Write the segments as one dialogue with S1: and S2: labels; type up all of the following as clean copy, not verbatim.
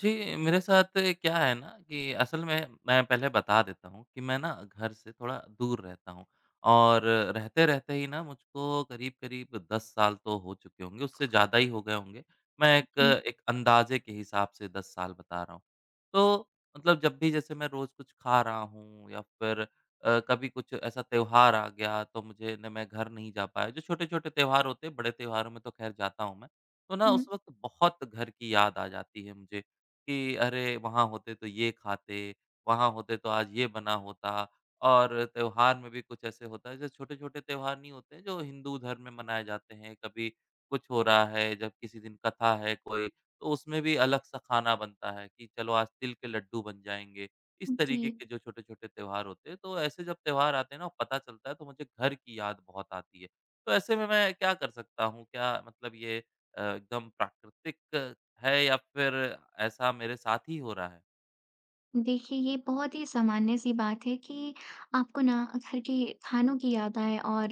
S1: जी, मेरे साथ क्या है ना कि असल में मैं पहले बता देता हूँ कि मैं ना घर से थोड़ा दूर रहता हूँ और रहते-रहते ही ना मुझको करीब-करीब 10 साल तो हो चुके होंगे, उससे ज़्यादा ही हो गए होंगे। मैं एक
S2: जी।
S1: एक अंदाज़े के हिसाब से 10 साल बता रहा हूँ। तो मतलब जब भी जैसे मैं रोज़ कुछ खा रहा हूँ या फिर कभी कुछ ऐसा त्योहार आ गया तो मुझे ना, मैं घर नहीं जा पाया, जो छोटे-छोटे त्योहार होते हैं, बड़े त्योहारों में तो ख़ैर जाता हूँ मैं। तो ना
S2: हुँ।
S1: उस वक़्त बहुत घर की याद आ जाती है मुझे कि अरे! वहाँ होते तो ये खाते, वहाँ होते तो आज ये बना होता। और त्योहार में भी कुछ ऐसे होता है जो छोटे-छोटे त्योहार नहीं होते हैं, जो हिंदू धर्म में मनाए जाते हैं। कभी कुछ हो रहा है, जब किसी दिन कथा है कोई, तो उसमें भी अलग-सा खाना बनता है कि चलो, आज तिल के लड्डू बन जाएँगे। इस
S2: जी।
S1: तरीके के जो छोटे-छोटे त्योहार होते हैं, तो ऐसे जब त्योहार आते हैं ना, पता चलता है, तो मुझे घर की याद बहुत आती है। तो ऐसे में मैं क्या कर सकता हूँ? क्या मतलब ये एकदम प्राकृतिक है, या फिर ऐसा मेरे साथ ही हो रहा है?
S2: देखिए, ये बहुत ही सामान्य सी बात है कि आपको ना घर के खानों की याद आए और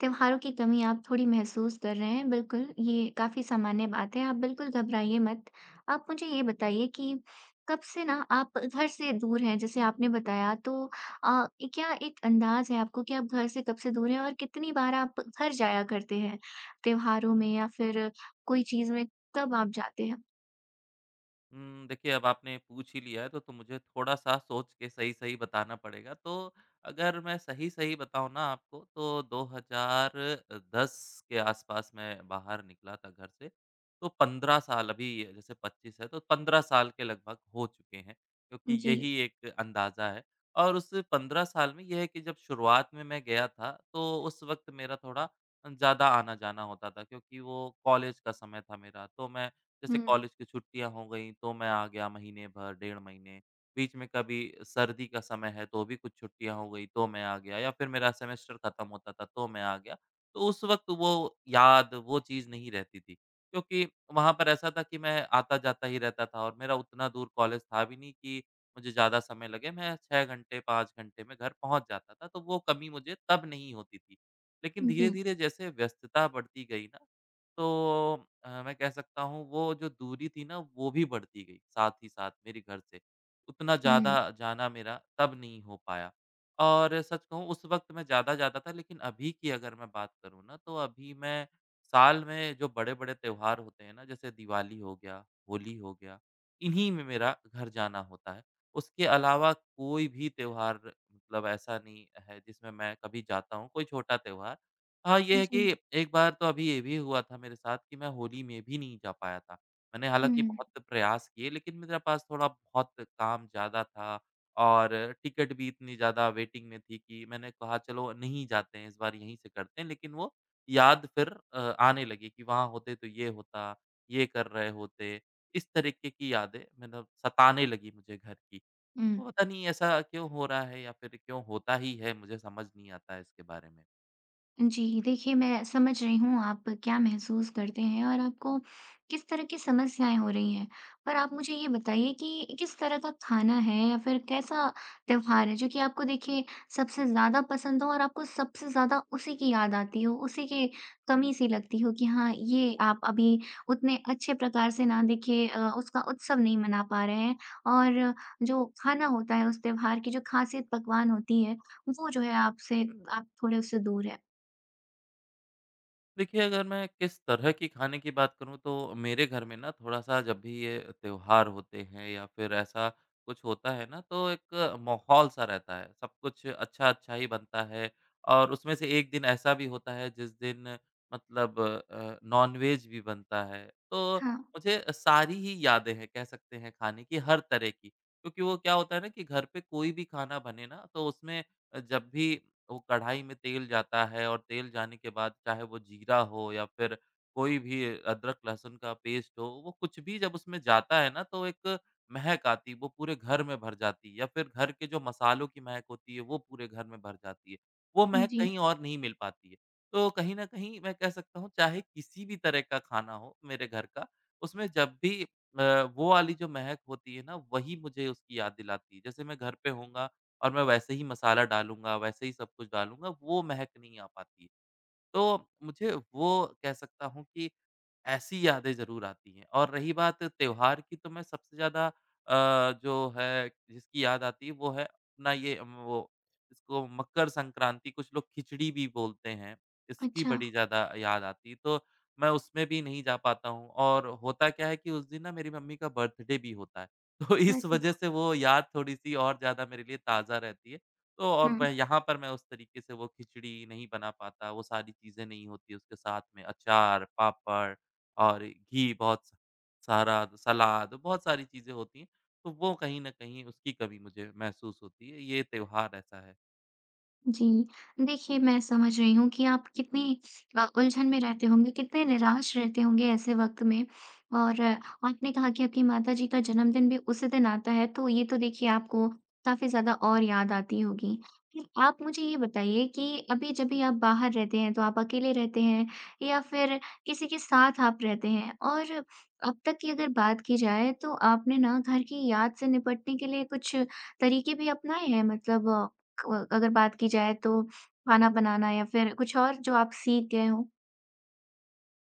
S2: त्योहारों की कमी आप थोड़ी महसूस कर रहे हैं। बिल्कुल, ये काफ़ी सामान्य बात है, आप बिल्कुल घबराइए मत। आप मुझे ये बताइए कि कब से ना आप घर से दूर हैं? जैसे आपने बताया तो अ, क्या एक अंदाज़ है आपको कि आप घर से कब से दूर हैं और कितनी बार आप घर जाया करते हैं? त्योहारों में या फिर कोई चीज़ में कब आप जाते हैं?
S1: देखिए, अब आपने पूछ ही लिया है, तो मुझे थोड़ा-सा सोच के सही-सही बताना पड़ेगा। तो अगर मैं सही-सही बताऊँ ना आपको, तो 2010 के आस-पास मैं बाहर निकला था घर से। तो 15 साल, अभी जैसे 25 है, तो 15 साल के लगभग हो चुके हैं, क्योंकि
S2: जी।
S1: यही एक अंदाज़ा है। और उस 15 साल में ये है कि जब शुरुआत में मैं गया था, तो उस वक़्त मेरा थोड़ा ज़्यादा आना-जाना होता था, क्योंकि वो कॉलेज का समय था मेरा। तो मैं, जैसे
S2: हुँ।
S1: कॉलेज की छुट्टियाँ हो गईं, तो मैं आ गया महीने भर, डेढ़ महीने। बीच में कभी सर्दी का समय है, तो भी कुछ छुट्टियाँ हो गई, तो मैं आ गया, या फिर मेरा सेमेस्टर खत्म होता था, तो मैं आ गया। तो उस वक़्त वो याद, वो चीज़ नहीं रहती थी, क्योंकि वहाँ पर ऐसा था कि मैं आता-जाता ही रहता था, और मेरा उतना दूर कॉलेज था भी नहीं कि मुझे ज़्यादा समय लगे। मैं 6 घंटे, 5 घंटे में घर पहुँच जाता था, तो वो कमी मुझे तब नहीं होती थी। लेकिन
S2: जी।
S1: धीरे-धीरे जैसे व्यस्तता बढ़ती गई ना, तो मैं कह सकता हूँ, वो जो दूरी थी ना, वो भी बढ़ती गई साथ ही साथ मेरे घर से। उतना ज़्यादा
S2: हुँ।
S1: जाना मेरा तब नहीं हो पाया, और सच कहूँ, उस वक़्त मैं ज़्यादा जाता था, लेकिन अभी की अगर मैं बात करूँ ना, तो अभी मैं साल में जो बड़े-बड़े त्योहार होते हैं ना, जैसे दिवाली हो गया, होली हो गया, इन्हीं में मेरा घर जाना होता है। उसके अलावा कोई भी त्योहार, मतलब ऐसा नहीं है जिसमें मैं कभी जाता हूँ, कोई छोटा त्योहार। हाँ, ये है
S2: जी।
S1: कि एक बार तो अभी ये भी हुआ था मेरे साथ कि मैं होली में भी नहीं जा पाया था। मैंने हालाँकि
S2: हुँ,
S1: बहुत प्रयास किए, लेकिन मेरे पास थोड़ा बहुत काम ज़्यादा था और टिकट भी इतनी ज़्यादा वेटिंग में थी कि मैंने कहा, चलो नहीं जाते हैं, इस बार यहीं से करते हैं। लेकिन वो याद फिर आने लगी कि वहाँ होते तो ये होता, ये कर रहे होते। इस तरीके की यादें मतलब सताने लगी मुझे घर की।
S2: हुँ।
S1: तो पता नहीं ऐसा क्यों हो रहा है, या फिर क्यों होता ही है, मुझे समझ नहीं आता है इसके बारे में।
S2: जी, देखिए मैं समझ रही हूँ आप क्या महसूस करते हैं और आपको किस तरह की समस्याएँ हो रही हैं। पर आप मुझे ये बताइए कि किस तरह का खाना है या फिर कैसा त्योहार है जो कि आपको देखिए सबसे ज़्यादा पसंद हो और आपको सबसे ज़्यादा उसी की याद आती हो, उसी की कमी सी लगती हो कि हाँ, ये आप अभी उतने अच्छे प्रकार से ना देखिए उसका उत्सव नहीं मना पा रहे हैं और जो खाना होता है उस त्योहार की जो ख़ासियत पकवान होती है, वो जो है आपसे आप थोड़े उससे दूर हैं।
S1: देखिए, अगर मैं किस तरह की खाने की बात करूँ, तो मेरे घर में ना, थोड़ा-सा जब भी ये त्योहार होते हैं या फिर ऐसा कुछ होता है ना, तो एक माहौल-सा रहता है। सब कुछ अच्छा-अच्छा ही बनता है, और उसमें से एक दिन ऐसा भी होता है जिस दिन मतलब नॉन-वेज भी बनता है। तो
S2: हाँ।
S1: मुझे सारी ही यादें हैं, कह सकते हैं खाने की हर तरह की। क्योंकि वो क्या होता है ना कि घर पे कोई भी खाना बने ना, तो उसमें जब भी वो कढ़ाई में तेल जाता है और तेल जाने के बाद चाहे वो जीरा हो या फिर कोई भी अदरक लहसुन का पेस्ट हो, वो कुछ भी जब उसमें जाता है ना, तो एक महक आती है, वो पूरे घर में भर जाती है, या फिर घर के जो मसालों की महक होती है, वो पूरे घर में भर जाती है। वो महक
S2: जी।
S1: कहीं और नहीं मिल पाती है। तो कहीं न कहीं मैं कह सकता हूँ, चाहे किसी भी तरह का खाना हो मेरे घर का, उसमें जब भी वो वाली जो महक होती है ना, वही मुझे उसकी याद दिलाती है। जैसे मैं घर पे होऊँगा और मैं वैसे ही मसाला डालूँगा, वैसे ही सब कुछ डालूँगा, वो महक नहीं आ पाती। तो मुझे वो कह सकता हूँ कि ऐसी यादें ज़रूर आती हैं। और रही बात त्योहार की, तो मैं सबसे ज़्यादा जो है जिसकी याद आती है, वो है अपना ये वो, इसको मकर संक्रांति, कुछ लोग खिचड़ी भी बोलते हैं, इसकी
S2: अच्छा।
S1: बड़ी ज़्यादा याद आती है। तो मैं उसमें भी नहीं जा पाता हूँ, और होता क्या है कि उस दिन ना मेरी मम्मी का बर्थडे भी होता है। तो इस
S2: अरे!
S1: वज़ह से वो याद थोड़ी-सी और ज़्यादा मेरे लिए ताज़ा रहती है। तो, और
S2: हुँ।
S1: मैं यहाँ पर मैं उस तरीके से वो खिचड़ी नहीं बना पाता, वो सारी चीज़ें नहीं होती उसके साथ में, अचार, पापड़ और घी बहुत सारा, सलाद, बहुत सारी चीज़ें होती हैं, तो वो कहीं न कहीं उसकी कमी मुझे महसूस होती है। ये त्योहार ऐसा है।
S2: जी, देखिए मैं समझ रही हूँ कि आप कितनी उलझन में रहते होंगे, कितने निराश रहते होंगे ऐसे वक़्त में। और आपने कहा कि आपकी माताजी का जन्मदिन भी उसी दिन आता है, तो ये तो देखिए आपको काफ़ी ज़्यादा और याद आती होगी। फिर आप मुझे ये बताइए कि अभी जब भी आप बाहर रहते हैं, तो आप अकेले रहते हैं या फिर किसी के साथ आप रहते हैं? और अब तक की अगर बात की जाए, तो आपने ना घर की याद से निपटने के लिए कुछ तरीके भी अपनाए हैं? मतलब क अगर बात की जाए तो खाना बनाना या फिर कुछ और जो आप सीख गए हों?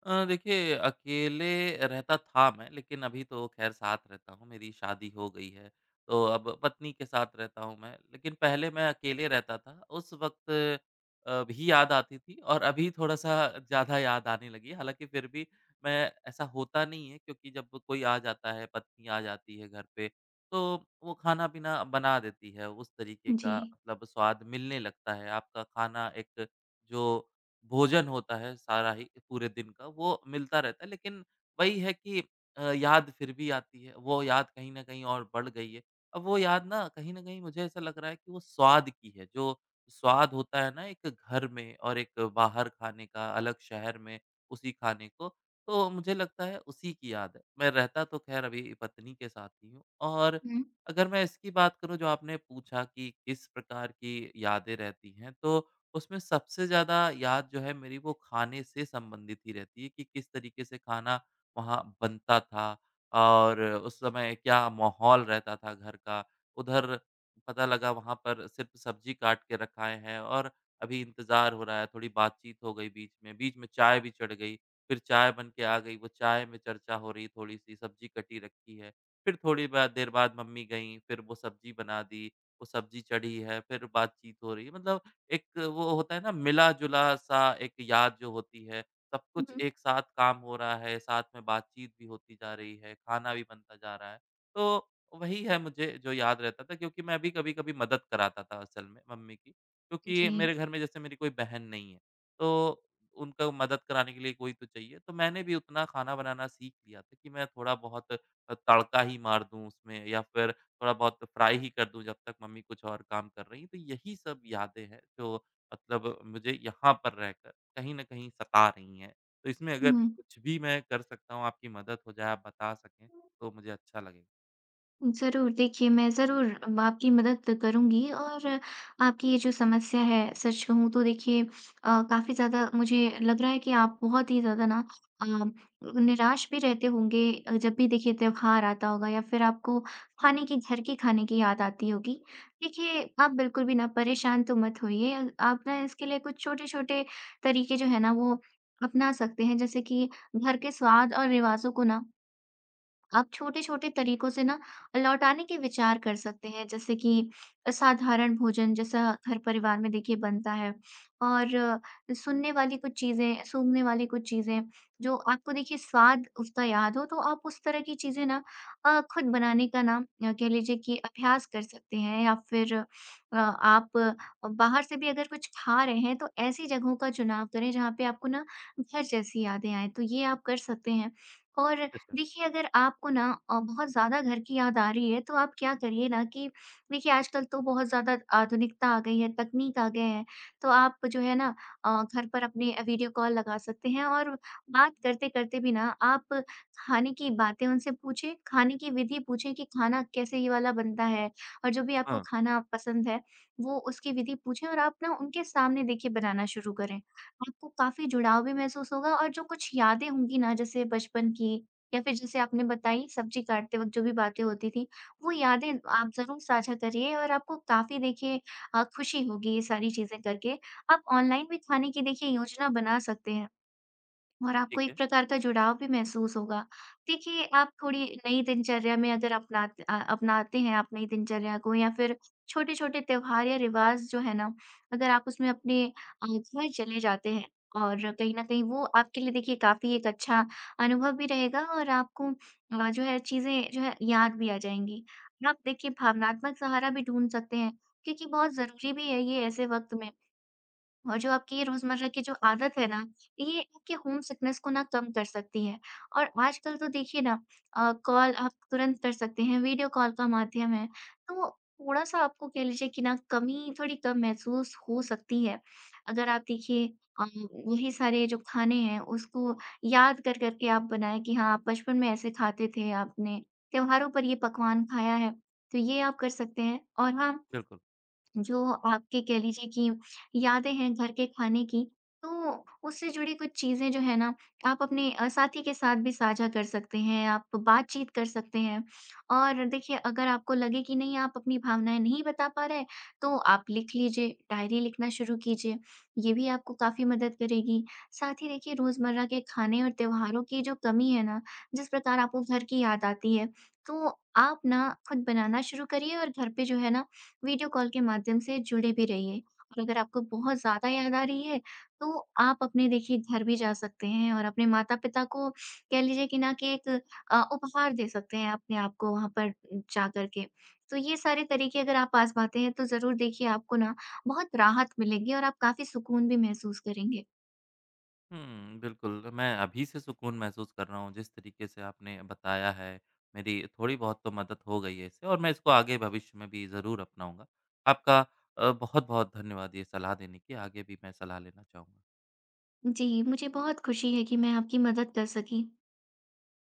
S1: देखिए, अकेले रहता था मैं, लेकिन अभी तो ख़ैर साथ रहता हूँ, मेरी शादी हो गई है, तो अब पत्नी के साथ रहता हूँ मैं। लेकिन पहले मैं अकेले रहता था, उस वक़्त भी याद आती थी, और अभी थोड़ा-सा ज़्यादा याद आने लगी है। हालाँकि फिर भी मैं, ऐसा होता नहीं है, क्योंकि जब कोई आ जाता है, पत्नी आ जाती है घर पे, तो वो खाना-पीना बना देती है, उस तरीके
S2: जी।
S1: का मतलब स्वाद मिलने लगता है। आपका खाना, एक जो भोजन होता है सारा ही पूरे दिन का, वो मिलता रहता है, लेकिन वही है कि याद फिर भी आती है। वो याद कहीं न कहीं और बढ़ गई है। अब वो याद ना, कहीं न कहीं मुझे ऐसा लग रहा है कि वो स्वाद की है। जो स्वाद होता है ना एक घर में और एक बाहर खाने का, अलग शहर में उसी खाने को, तो मुझे लगता है उसी की याद है। मैं रहता तो ख़ैर अभी पत्नी के साथ ही हूँ, और
S2: हुँ।
S1: अगर मैं इसकी बात करूँ जो आपने पूछा कि किस प्रकार की यादें रहती हैं, तो उसमें सबसे ज़्यादा याद जो है मेरी, वो खाने से संबंधित ही रहती है कि किस तरीके से खाना वहाँ बनता था और उस समय क्या माहौल रहता था घर का। उधर पता लगा वहाँ पर सिर्फ़ सब्ज़ी काट के रखाएँ हैं और अभी इंतज़ार हो रहा है, थोड़ी बातचीत हो गई बीच में चाय भी चढ़ गई, फिर चाय बन के आ गई, वो चाय में चर्चा हो रही थोड़ी-सी, सब्ज़ी कटी रखी है। फिर थोड़ी बा देर बाद मम्मी गईं, फिर वो सब्ज़ी बना दी, वो सब्ज़ी चढ़ी है, फिर बातचीत हो रही है, मतलब एक वो होता है ना, मिला-जुला-सा एक याद जो होती है, सब
S2: हुँ,
S1: कुछ
S2: हुँ।
S1: एक साथ काम हो रहा है, साथ में बातचीत भी होती जा रही है, खाना भी बनता जा रहा है। तो वही है मुझे जो याद रहता था, क्योंकि मैं भी कभी-कभी मदद कराता था असल में मम्मी की,
S2: जी।
S1: क्योंकि मेरे घर में जैसे मेरी कोई बहन नहीं है, तो उनको मदद कराने के लिए कोई तो चाहिए। तो मैंने भी उतना खाना बनाना सीख लिया था कि मैं थोड़ा-बहुत तड़का ही मार दूँ उसमें, या फिर थोड़ा बहुत फ्राई ही कर दूँ जब तक मम्मी कुछ और काम कर रही हैं। तो यही सब यादें हैं जो मतलब मुझे यहाँ पर रहकर कहीं न कहीं सता रही हैं। तो इसमें अगर
S2: हुँ।
S1: कुछ भी मैं कर सकता हूँ, आपकी मदद हो जाए, आप बता सकें, तो मुझे अच्छा लगेगा।
S2: ज़रूर, देखिए मैं ज़रूर आपकी मदद करूँगी और आपकी ये जो समस्या है, सच कहूँ तो देखिए काफ़ी ज़्यादा मुझे लग रहा है कि आप बहुत ही ज़्यादा ना अ, निराश भी रहते होंगे जब भी देखिए त्योहार आता होगा या फिर आपको खाने की घर के खाने की याद आती होगी। देखिए, आप बिल्कुल भी ना परेशान तो मत होइए, आप ना इसके लिए कुछ छोटे-छोटे तरीके जो है ना वो अपना सकते हैं, जैसे कि घर के स्वाद और रिवाज़ों को ना आप छोटे-छोटे तरीकों से ना लौटाने के विचार कर सकते हैं, जैसे कि साधारण भोजन जैसा हर परिवार में देखिए बनता है और सुनने वाली कुछ चीज़ें, सूंघने वाली कुछ चीज़ें, जो आपको देखिए स्वाद उसका याद हो, तो आप उस तरह की चीज़ें ना खुद बनाने का ना कह लीजिए कि अभ्यास कर सकते हैं या फिर आप बाहर से भी अगर कुछ खा रहे हैं, तो ऐसी जगहों का चुनाव करें जहाँ पे आपको ना घर जैसी यादें आएँ, तो ये आप कर सकते हैं। और
S1: अच्छा।
S2: देखिए, अगर आपको ना बहुत ज़्यादा घर की याद आ रही है, तो आप क्या करिए ना कि देखिए, आजकल तो बहुत ज़्यादा आधुनिकता आ गई है, तकनीक आ गए हैं, तो आप जो है ना घर पर अपने वीडियो कॉल लगा सकते हैं और बात करते-करते भी ना आप खाने की बातें उनसे पूछें, खाने की विधि पूछें कि खाना कैसे ये वाला बनता है और जो भी आपको
S1: हाँ,
S2: खाना पसंद है, वो उसकी विधि पूछें और आप ना उनके सामने देखिए बनाना शुरू करें। आपको काफ़ी जुड़ाव भी महसूस होगा और जो कुछ यादें होंगी ना, जैसे बचपन की या फिर जैसे आपने बताई सब्जी काटते वक़्त जो भी बातें होती थी, वो यादें आप ज़रूर साझा करिए और आपको काफ़ी देखिए खुशी होगी ये सारी चीज़ें करके। आप ऑनलाइन भी खाने की देखिए योजना बना सकते हैं। और आपको
S1: ठीक
S2: एक
S1: है।
S2: प्रकार का जुड़ाव भी महसूस होगा। देखिए, आप थोड़ी नई दिनचर्या में अगर अपनाते हैं आप नई दिनचर्या को या फिर छोटे-छोटे त्योहार या रिवाज़ जो है ना, अगर आप उसमें इसमें चले जाते हैं और कहीं न कहीं वो आपके लिए देखिए काफ़ी एक अच्छा अनुभव भी रहेगा और आपको जो है चीज़ें जो है याद भी आ जाएँगी। आप देखिए भावनात्मक सहारा भी ढूँढ सकते हैं, क्योंकि बहुत ज़रूरी भी है ये ऐसे वक़्त में। और जो आपकी ये रोज़मर्रा की जो आदत है ना, ये आपके होम सिकनेस को ना कम कर सकती है। और आजकल तो देखिए ना कॉल आप तुरंत कर सकते हैं, वीडियो कॉल का माध्यम है। तो थोड़ा-सा आपको कह लीजिए कि ना कमी थोड़ी कम महसूस हो सकती है। अगर आप देखिए अ, वही सारे जो खाने हैं उसको याद कर कर के आप बनाएँ कि हाँ, आप बचपन में ऐसे खाते थे, आपने त्योहारों पर ये पकवान खाया है, तो ये आप कर सकते हैं। और हाँ
S1: बिल्कुल।
S2: जो आपके कह लीजिए कि यादें हैं घर के खाने की, तो उससे जुड़ी कुछ चीज़ें जो है ना, आप अपने साथी के साथ भी साझा कर सकते हैं, आप बातचीत कर सकते हैं। और देखिए, अगर आपको लगे कि नहीं, आप अपनी भावनाएँ नहीं बता पा रहे, तो आप लिख लीजिए, डायरी लिखना शुरू कीजिए, ये भी आपको काफ़ी मदद करेगी। साथ ही देखिए, रोज़मर्रा के खाने और त्योहारों की जो कमी है ना, जिस प्रकार आपको घर की याद आती है, तो आप ना खुद बनाना शुरू करिए और घर पे जो है ना वीडियो कॉल के माध्यम से जुड़े भी रहिए और अगर आपको बहुत ज़्यादा याद आ रही है, तो आप अपने देखिए घर भी जा सकते हैं और अपने माता-पिता को कह लीजिए कि ना कि एक उपहार दे सकते हैं अपने आप को वहाँ पर जा कर के। तो ये सारे तरीके अगर आप आज़माते हैं तो ज़रूर देखिए आपको ना बहुत राहत मिलेगी और आप काफ़ी सुकून भी महसूस करेंगे।
S1: हुँ, बिल्कुल, मैं अभी से सुकून महसूस कर रहा हूँ जिस तरीके से आपने बताया है, मेरी थोड़ी बहुत तो मदद हो गई है इससे, और मैं इसको आगे भविष्य में भी ज़रूर अपनाऊँगा। आपका बहुत-बहुत धन्यवाद ये सलाह देने की, आगे भी मैं सलाह लेना चाहूँगा।
S2: जी, मुझे बहुत खुशी है कि मैं आपकी मदद कर सकी।